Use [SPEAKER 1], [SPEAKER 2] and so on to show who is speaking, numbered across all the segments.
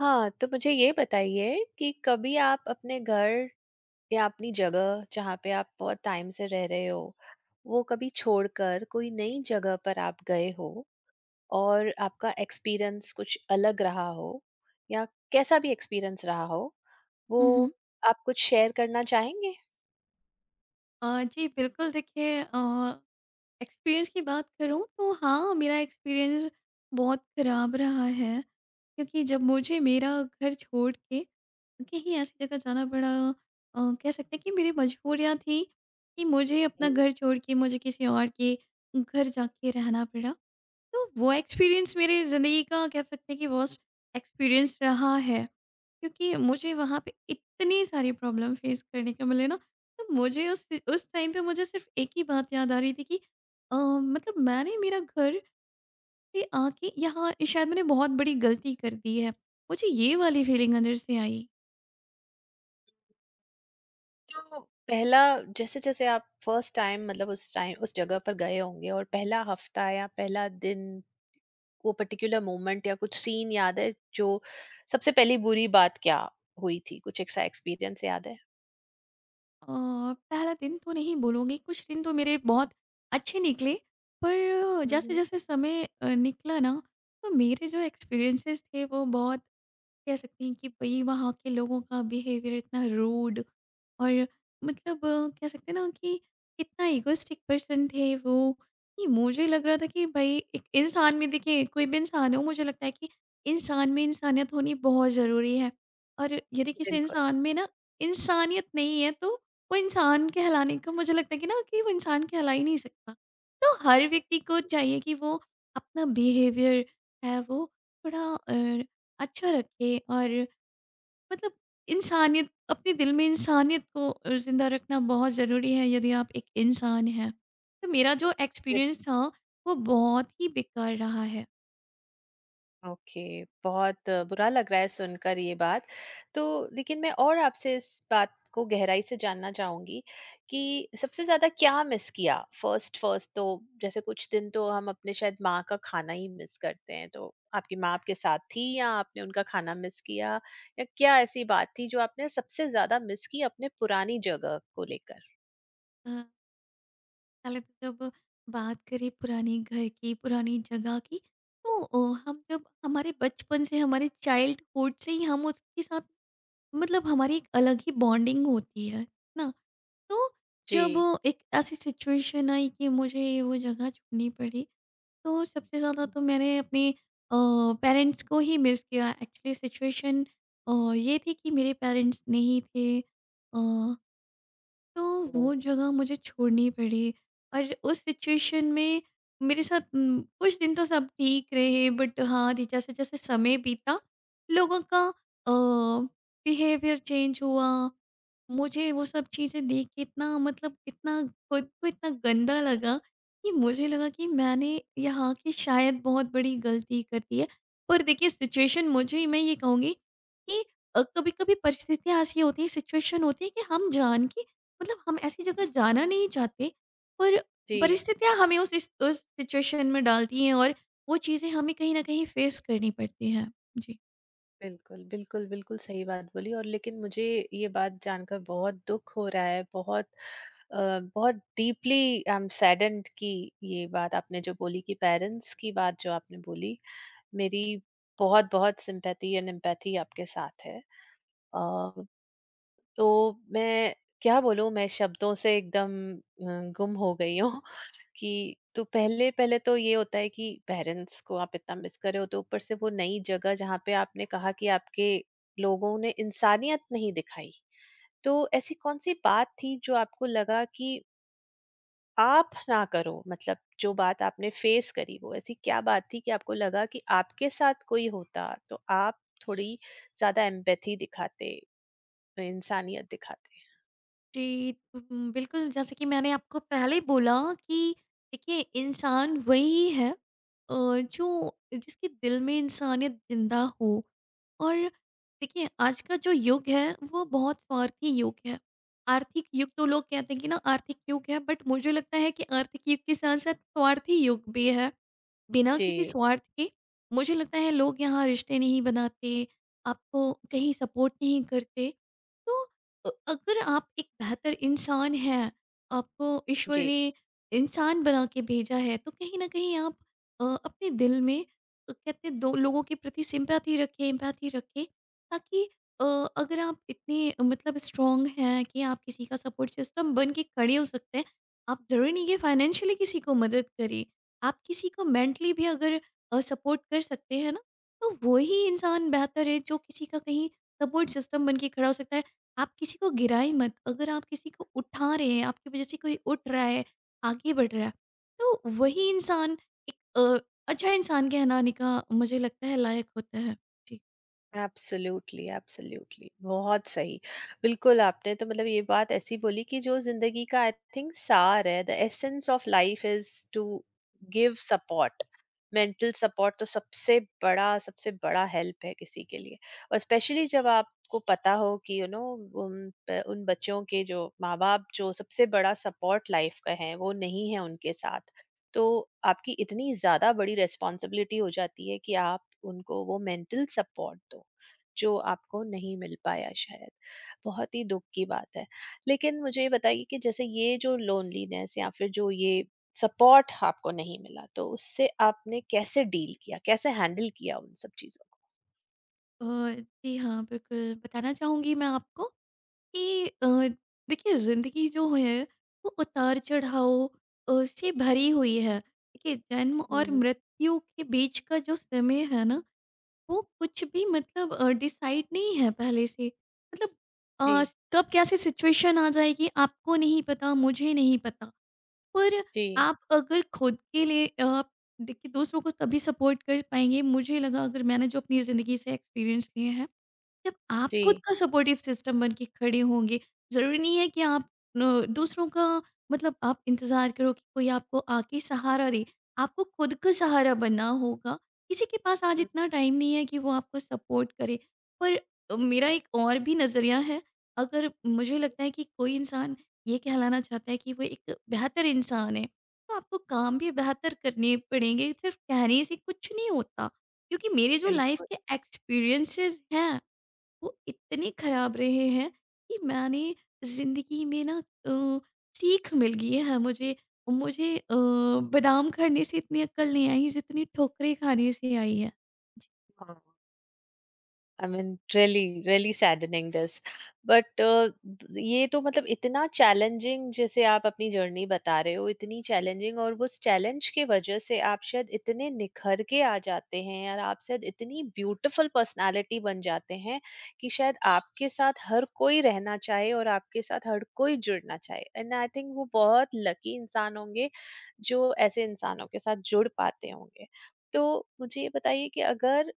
[SPEAKER 1] हाँ, तो मुझे ये बताइए कि कभी आप अपने घर या अपनी जगह जहाँ पे आप बहुत टाइम से रह रहे हो, वो कभी छोड़कर कोई नई जगह पर आप गए हो और आपका एक्सपीरियंस कुछ अलग रहा हो, या कैसा भी एक्सपीरियंस रहा हो,
[SPEAKER 2] हुँ, हुँ।
[SPEAKER 1] वो आप कुछ शेयर करना चाहेंगे?
[SPEAKER 2] जी, बिल्कुल देखिए एक्सपीरियंस की बात करूँ तो हाँ, मेरा एक्सपीरियंस बहुत खराब रहा है। क्योंकि जब मुझे मेरा घर छोड़ के कहीं ऐसी जगह जाना पड़ा, कह सकते हैं कि मेरी मजबूरियाँ थी कि मुझे अपना
[SPEAKER 1] जी।
[SPEAKER 2] घर छोड़ के मुझे किसी और के घर जाके रहना पड़ा। तो वो एक्सपीरियंस मेरी ज़िंदगी का कह सकते हैं कि वर्स्ट एक्सपीरियंस रहा है। क्योंकि मुझे वहाँ पे इतनी सारी प्रॉब्लम फेस करने को मिले ना, तो मुझे उस टाइम पे मुझे सिर्फ़ एक ही बात याद आ रही थी कि मतलब मैंने मेरा घर से आके यहाँ शायद मैंने बहुत बड़ी गलती कर दी है। मुझे ये वाली फीलिंग अंदर से आई।
[SPEAKER 1] तो पहला, जैसे-जैसे आप फर्स्ट टाइम मतलब उस टाइम उस जगह पर गए होंगे और पहला हफ्ता या पहला दिन, वो पर्टिकुलर मोमेंट या कुछ सीन याद है जो सबसे पहली बुरी बात क्या हुई थी, कुछ ऐसा एक्सपीरियंस याद है?
[SPEAKER 2] अ, पहला दिन तो नहीं बोलूँगी, कुछ दिन तो मेरे बहुत अच्छे निकले, पर
[SPEAKER 1] हम्म।
[SPEAKER 2] जैसे-जैसे समय निकला ना, तो मेरे जो एक्सपीरियंसेस थे वो बहुत कह सकते हैं कि भाई वहाँ के लोगों का बिहेवियर इतना रूड और मतलब कह सकते हैं ना कि इतना इगोइस्टिक पर्सन थे वो कि मुझे लग रहा था कि भाई एक इंसान में देखिए कोई भी इंसान हो मुझे लगता है कि इंसान में इंसानियत होनी बहुत ज़रूरी है। और यदि किसी
[SPEAKER 1] बिल्कुल।
[SPEAKER 2] इंसान में ना इंसानियत नहीं है तो वो इंसान कहलाने का मुझे लगता है कि ना कि वो इंसान कहला ही नहीं सकता। तो हर व्यक्ति को चाहिए कि वो अपना बिहेवियर है वो थोड़ा अच्छा रखे और मतलब इंसानियत अपने दिल में इंसानियत को ज़िंदा रखना बहुत ज़रूरी है यदि आप एक इंसान हैं। तो मेरा जो एक्सपीरियंस था वो बहुत ही बेकार रहा है।
[SPEAKER 1] ओके, बहुत बुरा लग रहा है सुनकर ये बात। तो लेकिन मैं और आपसे इस बात को गहराई से जानना चाहूँगी कि सबसे ज़्यादा क्या मिस किया? फ़र्स्ट फ़र्स्ट तो जैसे कुछ दिन तो हम अपने शायद माँ का खाना ही मिस करते हैं, तो आपकी माँ आपके साथ थी या आपने उनका खाना मिस किया? या क्या ऐसी बात थी जो आपने सबसे ज़्यादा मिस की अपने पुरानी जगह को लेकर?
[SPEAKER 2] अ, पहले तो जब बात करें पुराने घर की, पुरानी जगह की तो हम जब हमारे बचपन से हमारे चाइल्डहुड से ही हम उसके साथ मतलब हमारी एक अलग ही बॉन्डिंग होती है ना? तो
[SPEAKER 1] जी।
[SPEAKER 2] जब एक ऐसी सिचुएशन आई कि मुझे वो जगह चुननी पड़ी, तो सबसे ज़्यादा तो मैंने अपने अ, पेरेंट्स को ही मिस किया। एक्चुअली सिचुएशन ये थी कि मेरे पेरेंट्स नहीं थे, अ, तो
[SPEAKER 1] ओह!
[SPEAKER 2] वो जगह मुझे छोड़नी पड़ी। और उस सिचुएशन में मेरे साथ कुछ दिन तो सब ठीक रहे बट हाँ, दी जैसे-जैसे समय बीता, लोगों का अ, बिहेवियर चेंज हुआ। मुझे वो सब चीज़ें देख के इतना मतलब इतना खुद को इतना गंदा लगा कि मुझे लगा कि मैंने यहाँ की शायद बहुत बड़ी गलती कर दी है। पर देखिए सिचुएशन मुझे मैं ये कहूँगी कि कभी-कभी परिस्थितियाँ ऐसी होती हैं, सिचुएशन होती है कि हम जान के मतलब हम ऐसी जगह जाना नहीं चाहते, पर
[SPEAKER 1] जी।
[SPEAKER 2] परिस्थितियाँ हमें उस सिचुएशन में डालती हैं और वो चीज़ें हमें कहीं न कहीं फेस करनी पड़ती हैं। जी।
[SPEAKER 1] बिल्कुल, बिल्कुल, बिल्कुल सही बात बोली, और लेकिन मुझे ये बात जानकर बहुत दुःख हो रहा है, बहुत अ, बहुत डीपली आई एम सैडेंड कि ये बात आपने जो बोली, कि पेरेंट्स की बात जो आपने बोली, मेरी बहुत-बहुत सिम्पैथी एंड एम्पैथी आपके साथ है। अ, तो मैं क्या बोलूँ, मैं शब्दों से एकदम गुम हो गई हूँ कि तो पहले पहले तो ये होता है कि पेरेंट्स को आप इतना मिस कर रहे हो, तो ऊपर से वो नई जगह जहाँ पे आपने कहा कि आपके लोगों ने इंसानियत नहीं दिखाई, तो ऐसी कौन सी बात थी जो आपको लगा कि आप ना करो, मतलब जो बात आपने फेस करी वो ऐसी क्या बात थी कि आपको लगा कि आपके साथ कोई होता तो आप थोड़ी ज्यादा एम्पैथी दिखाते, इंसानियत दिखाते।
[SPEAKER 2] जी, बिल्कुल जैसे कि मैंने आपको पहले ही बोला कि देखिए इंसान वही है, अ, जो जिसके दिल में इंसानियत ज़िंदा हो। और देखिए आज का जो युग है वो बहुत स्वार्थी युग है। आर्थिक युग तो लोग कहते हैं कि ना आर्थिक युग है बट मुझे लगता है कि आर्थिक युग के साथ-साथ स्वार्थी युग भी है। बिना
[SPEAKER 1] जी,
[SPEAKER 2] किसी स्वार्थ के मुझे लगता है लोग यहाँ रिश्ते नहीं बनाते, आपको कहीं सपोर्ट नहीं करते। तो अगर आप एक बेहतर इंसान हैं, आपको ईश्वर
[SPEAKER 1] जी।
[SPEAKER 2] ने इंसान बना के भेजा है, तो कहीं न कहीं आप अपने दिल में कहते हैं दो लोगों के प्रति सिंपैथी रखें, एम्पैथी रखें ताकि अ, अगर आप इतने मतलब स्ट्रॉन्ग हैं कि आप किसी का सपोर्ट सिस्टम बन के खड़े हो सकते हैं, आप ज़रूरी नहीं कि फाइनेंशियली किसी को मदद करें। आप किसी को मेंटली भी अगर सपोर्ट कर सकते हैं ना, तो वो ही इंसान बेहतर है जो किसी का कहीं सपोर्ट सिस्टम बन के खड़ा हो सकता है। आप किसी को गिराएँ मत, अगर आप किसी को उठा रहे हैं, आपकी वज़ह से कोई उठ रहा है, आगे बढ़ रहा है, तो वही इंसान एक अच्छा इंसान कहलाने का मुझे लगता है लायक होता है। जी।
[SPEAKER 1] एब्सोल्युटली, एब्सोल्युटली, बहुत सही। बिल्कुल, आपने तो मतलब ये बात ऐसी बोली कि जो ज़िंदगी का आई थिंक सार है, the essence of life is to give support. Mental support तो सबसे बड़ा हेल्प है किसी के लिए, और स्पेशली जब आपको पता हो कि उन बच्चों के जो माँ-बाप, जो सबसे बड़ा सपोर्ट लाइफ का है, वो नहीं है उनके साथ। तो आपकी इतनी ज़्यादा बड़ी रिस्पॉन्सिबिलिटी हो जाती है कि आप उनको वो मेंटल सपोर्ट दो, जो आपको नहीं मिल पाया शायद। बहुत ही दुःख की बात है। लेकिन मुझे ये बताइए कि जैसे ये जो लोनलीनेस या फिर जो ये सपोर्ट आपको नहीं मिला, तो उससे आपने कैसे डील किया? कैसे हैंडल किया उन सब चीज़ों को?
[SPEAKER 2] जी हाँ, बिल्कुल बताना चाहूँगी मैं आपको कि देखिए ज़िंदगी जो है वो उतार चढ़ाव से भरी हुई है। देखिए जन्म
[SPEAKER 1] हुँ,
[SPEAKER 2] और
[SPEAKER 1] हुँ।
[SPEAKER 2] मृत्यु के बीच का जो समय है ना, वो कुछ भी मतलब डिसाइड नहीं है पहले से। मतलब अ,
[SPEAKER 1] जी,
[SPEAKER 2] कब कैसी सिचुएशन आ जाएगी आपको नहीं पता, मुझे नहीं पता। पर
[SPEAKER 1] जी,
[SPEAKER 2] आप अगर खुद के लिए देखिए दूसरों को तभी सपोर्ट कर पाएँगे मुझे लगा अगर मैंने जो अपनी ज़िंदगी से एक्सपीरियंस लिए हैं जब आप
[SPEAKER 1] जी।
[SPEAKER 2] खुद का सपोर्टिव सिस्टम बन के खड़े होंगे, ज़रूरी नहीं है कि आप न दूसरों का मतलब आप इंतज़ार करो कि कोई आपको आके सहारा दे। आपको खुद का सहारा बनना होगा। किसी के पास आज
[SPEAKER 1] हुँ,
[SPEAKER 2] इतना टाइम नहीं है कि वो आपको सपोर्ट करे। पर मेरा एक और भी नज़रिया है, अगर मुझे लगता है कि कोई इंसान ये कहलाना चाहता है कि वो एक बेहतर इंसान है, तो आपको काम भी बेहतर करने पड़ेंगे, सिर्फ़ कहने से कुछ नहीं होता। क्योंकि मेरे जो लाइफ़
[SPEAKER 1] बिल्कुल।
[SPEAKER 2] के एक्सपीरियंसेस हैं वो इतने खराब रहे हैं कि मैंने ज़िंदगी में ना सीख मिल गई है मुझे। मुझे बादाम खाने से इतनी अक्ल नहीं आई जितनी ठोकरें खाने से आई है।
[SPEAKER 1] हाँ। I mean really really saddening this, but ये तो मतलब इतना चैलेंजिंग, जैसे आप अपनी जर्नी बता रहे हो इतनी चैलेंजिंग, और उस चैलेंज की वजह से आप शायद इतने निखर के आ जाते हैं, और आप शायद इतनी ब्यूटीफुल पर्सनालिटी बन जाते हैं कि शायद आपके साथ हर कोई रहना चाहे और आपके साथ हर कोई जुड़ना चाहे, एंड आई थिंक वो बहुत लकी इंसान होंगे जो ऐसे इंसानों के साथ जुड़ पाते होंगे। तो मुझे ये बताइए कि अगर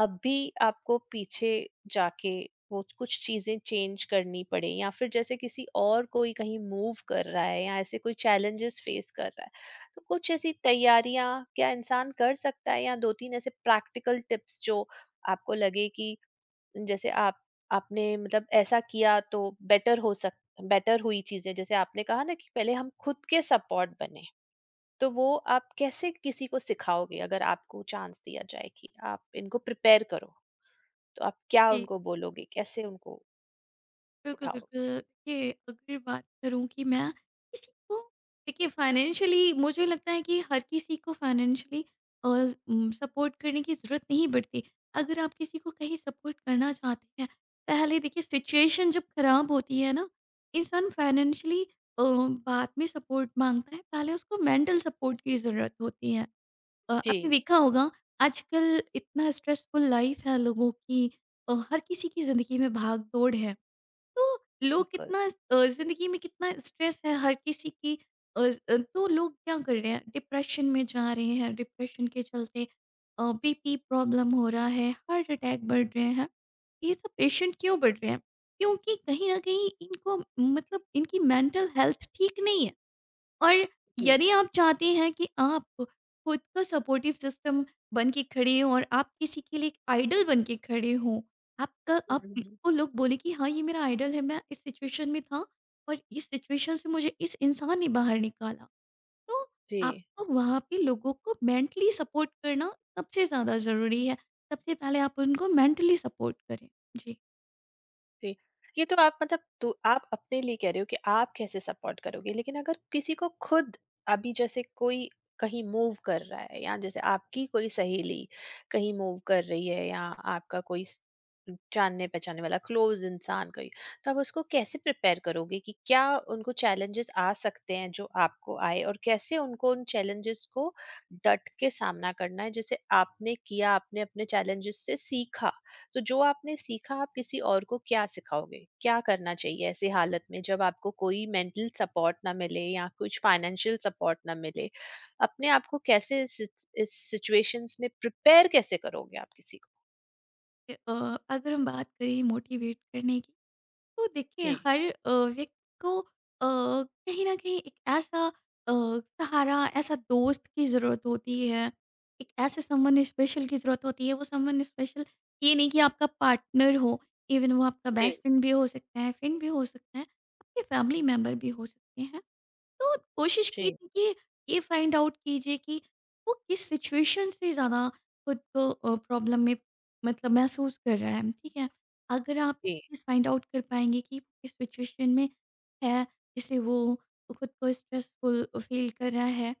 [SPEAKER 1] अब भी आपको पीछे जाके वो कुछ चीजें चेंज करनी पड़े, या फिर जैसे किसी और कोई कहीं मूव कर रहा है या ऐसे कोई चैलेंजेस फेस कर रहा है, तो कुछ ऐसी तैयारियां क्या इंसान कर सकता है, या दो तीन ऐसे प्रैक्टिकल टिप्स जो आपको लगे कि जैसे आप आपने मतलब ऐसा किया तो बेटर हो सक बेटर हुई चीजें, जैसे आपने कहा ना कि पहले हम खुद के सपोर्ट बने, तो वो आप कैसे किसी को सिखाओगे? अगर आपको चांस दिया जाए कि आप इनको प्रिपेयर करो, तो आप क्या
[SPEAKER 2] जी।
[SPEAKER 1] उनको बोलोगे? कैसे उनको
[SPEAKER 2] बिल्कुल,
[SPEAKER 1] उठाओ?
[SPEAKER 2] बिल्कुल। देखिए अगर बात करूँ कि मैं किसी को देखिए फाइनेंशियली मुझे लगता है कि हर किसी को फाइनेंशियली अ, सपोर्ट करने की ज़रूरत नहीं पड़ती। अगर आप किसी को कहीं सपोर्ट करना चाहते हैं, पहले देखिए सिचुएशन जब खराब होती है ना, इंसान फाइनेंशियली बाद में सपोर्ट माँगता है, पहले उसको मेंटल सपोर्ट की ज़रूरत होती है।
[SPEAKER 1] जी।
[SPEAKER 2] आपने देखा होगा आजकल इतना स्ट्रेसफुल लाइफ़ है लोगों की। हर किसी की ज़िंदगी में भाग-दौड़ है। तो लोग
[SPEAKER 1] बिल्कुल,
[SPEAKER 2] ज़िंदगी में कितना स्ट्रेस है हर किसी की तो लोग क्या कर रहे हैं डिप्रेशन में जा रहे हैं, डिप्रेशन के चलते बीपी प्रॉब्लम हो रहा है, हार्ट अटैक बढ़ रहे हैं। ये सब पेशेंट क्यों बढ़ रहे हैं? क्योंकि कहीं न कहीं इनको मतलब इनकी मेंटल हेल्थ ठीक नहीं है। और
[SPEAKER 1] जी।
[SPEAKER 2] यदि आप चाहते हैं कि आप खुद का सपोर्टिव सिस्टम बन के खड़े हों और आप किसी के लिए एक आइडल बन के खड़े हों, आपका
[SPEAKER 1] हुँ, हुँ।
[SPEAKER 2] आपको लोग बोले कि हाँ, ये मेरा आइडल है, मैं इस सिचुएशन में था और इस सिचुएशन से मुझे इस इंसान ने बाहर निकाला। तो
[SPEAKER 1] जी।
[SPEAKER 2] आपको वहाँ पे लोगों को मेंटली सपोर्ट करना सबसे ज़्यादा ज़रूरी है। सबसे पहले आप उनको मेंटली सपोर्ट करें। जी।
[SPEAKER 1] जी। ये तो आप मतलब तो आप अपने लिए कह रहे हो कि आप कैसे सपोर्ट करोगे, लेकिन अगर किसी को खुद अभी जैसे कोई कहीं मूव कर रहा है, या जैसे आपकी कोई सहेली कहीं मूव कर रही है, या आपका कोई जानने पहचानने वाला क्लोज इंसान कोई, तो आप उसको कैसे प्रिपेयर करोगे कि क्या उनको चैलेंजेस आ सकते हैं जो आपको आए, और कैसे उनको उन चैलेंजेस को डट के सामना करना है, जैसे आपने किया, आपने अपने चैलेंजेस से सीखा, तो जो आपने सीखा आप किसी और को क्या सिखाओगे? क्या करना चाहिए ऐसी हालत में जब आपको कोई मेंटल सपोर्ट ना मिले या कुछ फाइनेंशियल सपोर्ट ना मिले? अपने आप को कैसे इस सिचुएशंस में प्रिपेयर कैसे करोगे आप किसी को?
[SPEAKER 2] अ, अगर हम बात करें मोटिवेट करने की तो देखिए
[SPEAKER 1] जी,
[SPEAKER 2] हर व्यक्ति को कहीं न कहीं एक ऐसा सहारा, ऐसा दोस्त की ज़रूरत होती है, एक ऐसे संबंध स्पेशल की ज़रूरत होती है। वो संबंध स्पेशल ये नहीं कि आपका पार्टनर हो, इवन वो आपका
[SPEAKER 1] जी,
[SPEAKER 2] बेस्ट फ्रेंड भी हो सकता है, फ्रेंड भी हो सकता है, आपके फैमिली मेंबर भी हो सकते हैं। तो कोशिश की
[SPEAKER 1] जी।
[SPEAKER 2] थी कि ये फाइंड आउट कीजिए कि वो किस सिचुएशन से ज़्यादा खुद को प्रॉब्लम में मतलब महसूस कर रहा है, ठीक है? अगर आप
[SPEAKER 1] जी।
[SPEAKER 2] चीज़ फाइंड आउट कर पाएँगे कि वो किस सिचुएशन में है, जिससे वो खुद को स्ट्रेसफुल फील कर रहा है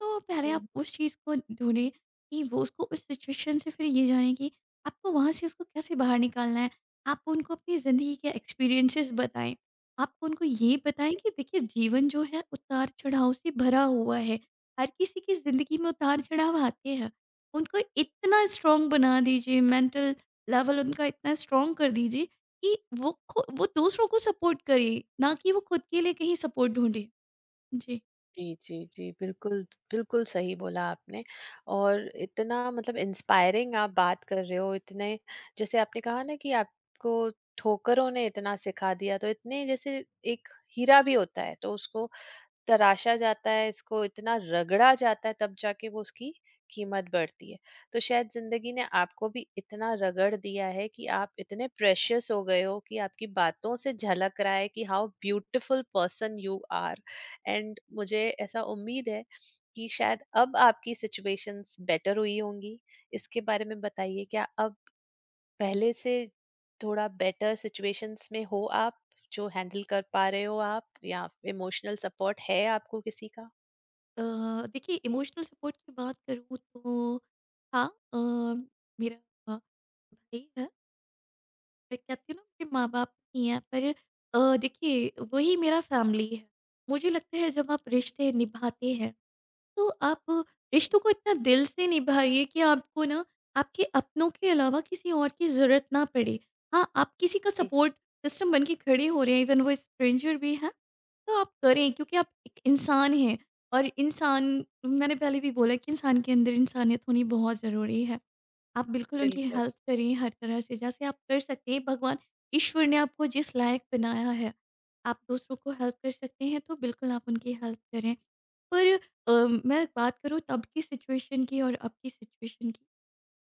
[SPEAKER 2] तो पहले आप उस चीज़ को ढूँढें कि वो उसको उस सिचुएशन से फिर ये जानें कि आपको वहाँ से उसको कैसे बाहर निकालना है। आप उनको अपनी ज़िंदगी के एक्सपीरियंसेस बताएँ। आप उनको ये बताएँ कि देखिए जीवन जो है उतार-चढ़ाव से भरा हुआ है। हर किसी की ज़िंदगी में उतार-चढ़ाव आते हैं। उनको इतना स्ट्रॉन्ग बना दीजिए, मेंटल लेवल उनका इतना स्ट्रॉन्ग कर दीजिए कि वो दूसरों को सपोर्ट करें, ना कि वो खुद के लिए कहीं सपोर्ट ढूँढे। जी।
[SPEAKER 1] जी, जी, जी। बिल्कुल, बिल्कुल सही बोला आपने, और इतना मतलब इंस्पायरिंग आप बात कर रहे हो, इतने जैसे आपने कहा ना कि आपको ठोकरों ने इतना सिखा दिया, तो इतने जैसे एक हीरा भी होता है, तो उसको तराशा जाता है, इसको इतना रगड़ा जाता है, तब जाके वो उसकी कीमत बढ़ती है। तो शायद ज़िंदगी ने आपको भी इतना रगड़ दिया है कि आप इतने प्रेशियस हो गए हो कि आपकी बातों से झलक रहा है कि how beautiful person you are, and मुझे ऐसा उम्मीद है कि शायद अब आपकी सिचुएशंस बेटर हुई होंगी। इसके बारे में बताइए, क्या अब पहले से थोड़ा बेटर सिचुएशंस में हो आप, जो हैंडल कर पा रहे हो आप, या इमोशनल सपोर्ट है आपको किसी का?
[SPEAKER 2] अ, देखिए इमोशनल सपोर्ट की बात करूँ तो हाँ, अ, मेरा अ, भाई है, मैं कहती हूँ ना मेरे माँ बाप ही हैं। पर देखिए वही मेरा फैमिली है। मुझे लगता है जब आप रिश्ते निभाते हैं तो आप रिश्तों को इतना दिल से निभाइए कि आपको ना आपके अपनों के अलावा किसी और की ज़रूरत ना पड़े। हाँ, आप किसी का
[SPEAKER 1] जी।
[SPEAKER 2] सपोर्ट सिस्टम बन के खड़े हो रहे हैं इवन वो स्ट्रेंजर भी है, तो आप करें क्योंकि आप एक इंसान हैं और इंसान मैंने पहले भी बोला कि इंसान के अंदर इंसानियत होनी बहुत ज़रूरी है। आप बिल्कुल उनकी
[SPEAKER 1] बिल्कुल।
[SPEAKER 2] हेल्प करिए हर तरह से जैसे आप कर सकते हैं। भगवान ईश्वर ने आपको जिस लायक बनाया है आप दूसरों को हेल्प कर सकते हैं तो बिल्कुल आप उनकी हेल्प करें। पर अ, मैं बात करूँ तब की सिचुएशन की और अब की सिचुएशन की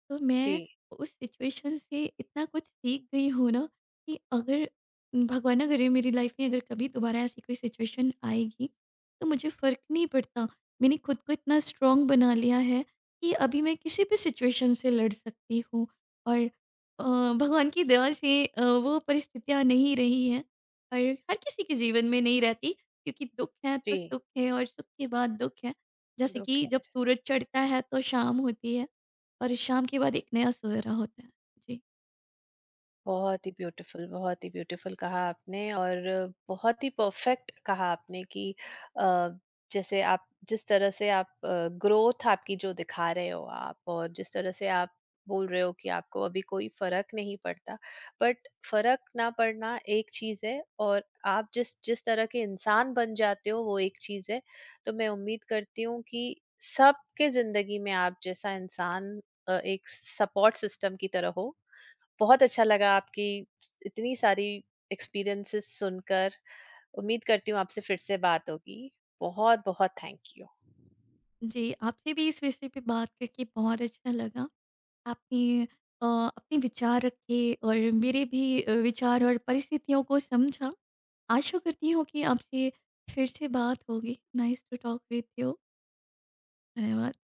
[SPEAKER 2] तो
[SPEAKER 1] जी।
[SPEAKER 2] मैं उस सिचुएशन से इतना कुछ सीख गई हूँ ना कि अगर भगवान ना करे मेरी लाइफ में अगर कभी दोबारा ऐसी कोई सिचुएशन आएगी तो मुझे फ़र्क नहीं पड़ता। मैंने खुद को इतना स्ट्रॉन्ग बना लिया है कि अभी मैं किसी भी सिचुएशन से लड़ सकती हूँ और भगवान की दया से वो परिस्थितियाँ नहीं रही हैं और हर किसी के जीवन में नहीं रहती क्योंकि दुःख है तो
[SPEAKER 1] जी।
[SPEAKER 2] सुख है और सुख के बाद दुःख है। जैसे
[SPEAKER 1] दुख
[SPEAKER 2] कि जब
[SPEAKER 1] है।
[SPEAKER 2] सूरज चढ़ता है तो शाम होती है। और शाम के बाद एक नया सवेरा होता है। जी।
[SPEAKER 1] बहुत ही ब्यूटीफुल, बहुत ही ब्यूटीफुल कहा आपने, और बहुत ही परफेक्ट कहा आपने कि अ, जैसे आप जिस तरह से आप ग्रोथ आपकी जो दिखा रहे हो आप, और जिस तरह से आप बोल रहे हो कि आपको अभी कोई फर्क नहीं पड़ता, बट फर्क ना पड़ना एक चीज है, और आप जिस जिस तरह के इंसान बन जाते हो वो एक चीज है, तो मैं उम्मीद करती हूँ कि सबके जिंदगी में आप जैसा इंसान एक सपोर्ट सिस्टम की तरह हो। बहुत अच्छा लगा आपकी इतनी सारी एक्सपीरियंसेस सुनकर। उम्मीद करती हूँ आपसे फिर से बात होगी। बहुत बहुत थैंक यू।
[SPEAKER 2] जी, आपसे भी इस विषय पे बात करके बहुत अच्छा लगा। आपने अपने विचार रखे और मेरे भी विचार और परिस्थितियों को समझा। आशा करती हूँ कि आपसे फिर से बात होगी। Nice to talk with you. धन्यवाद।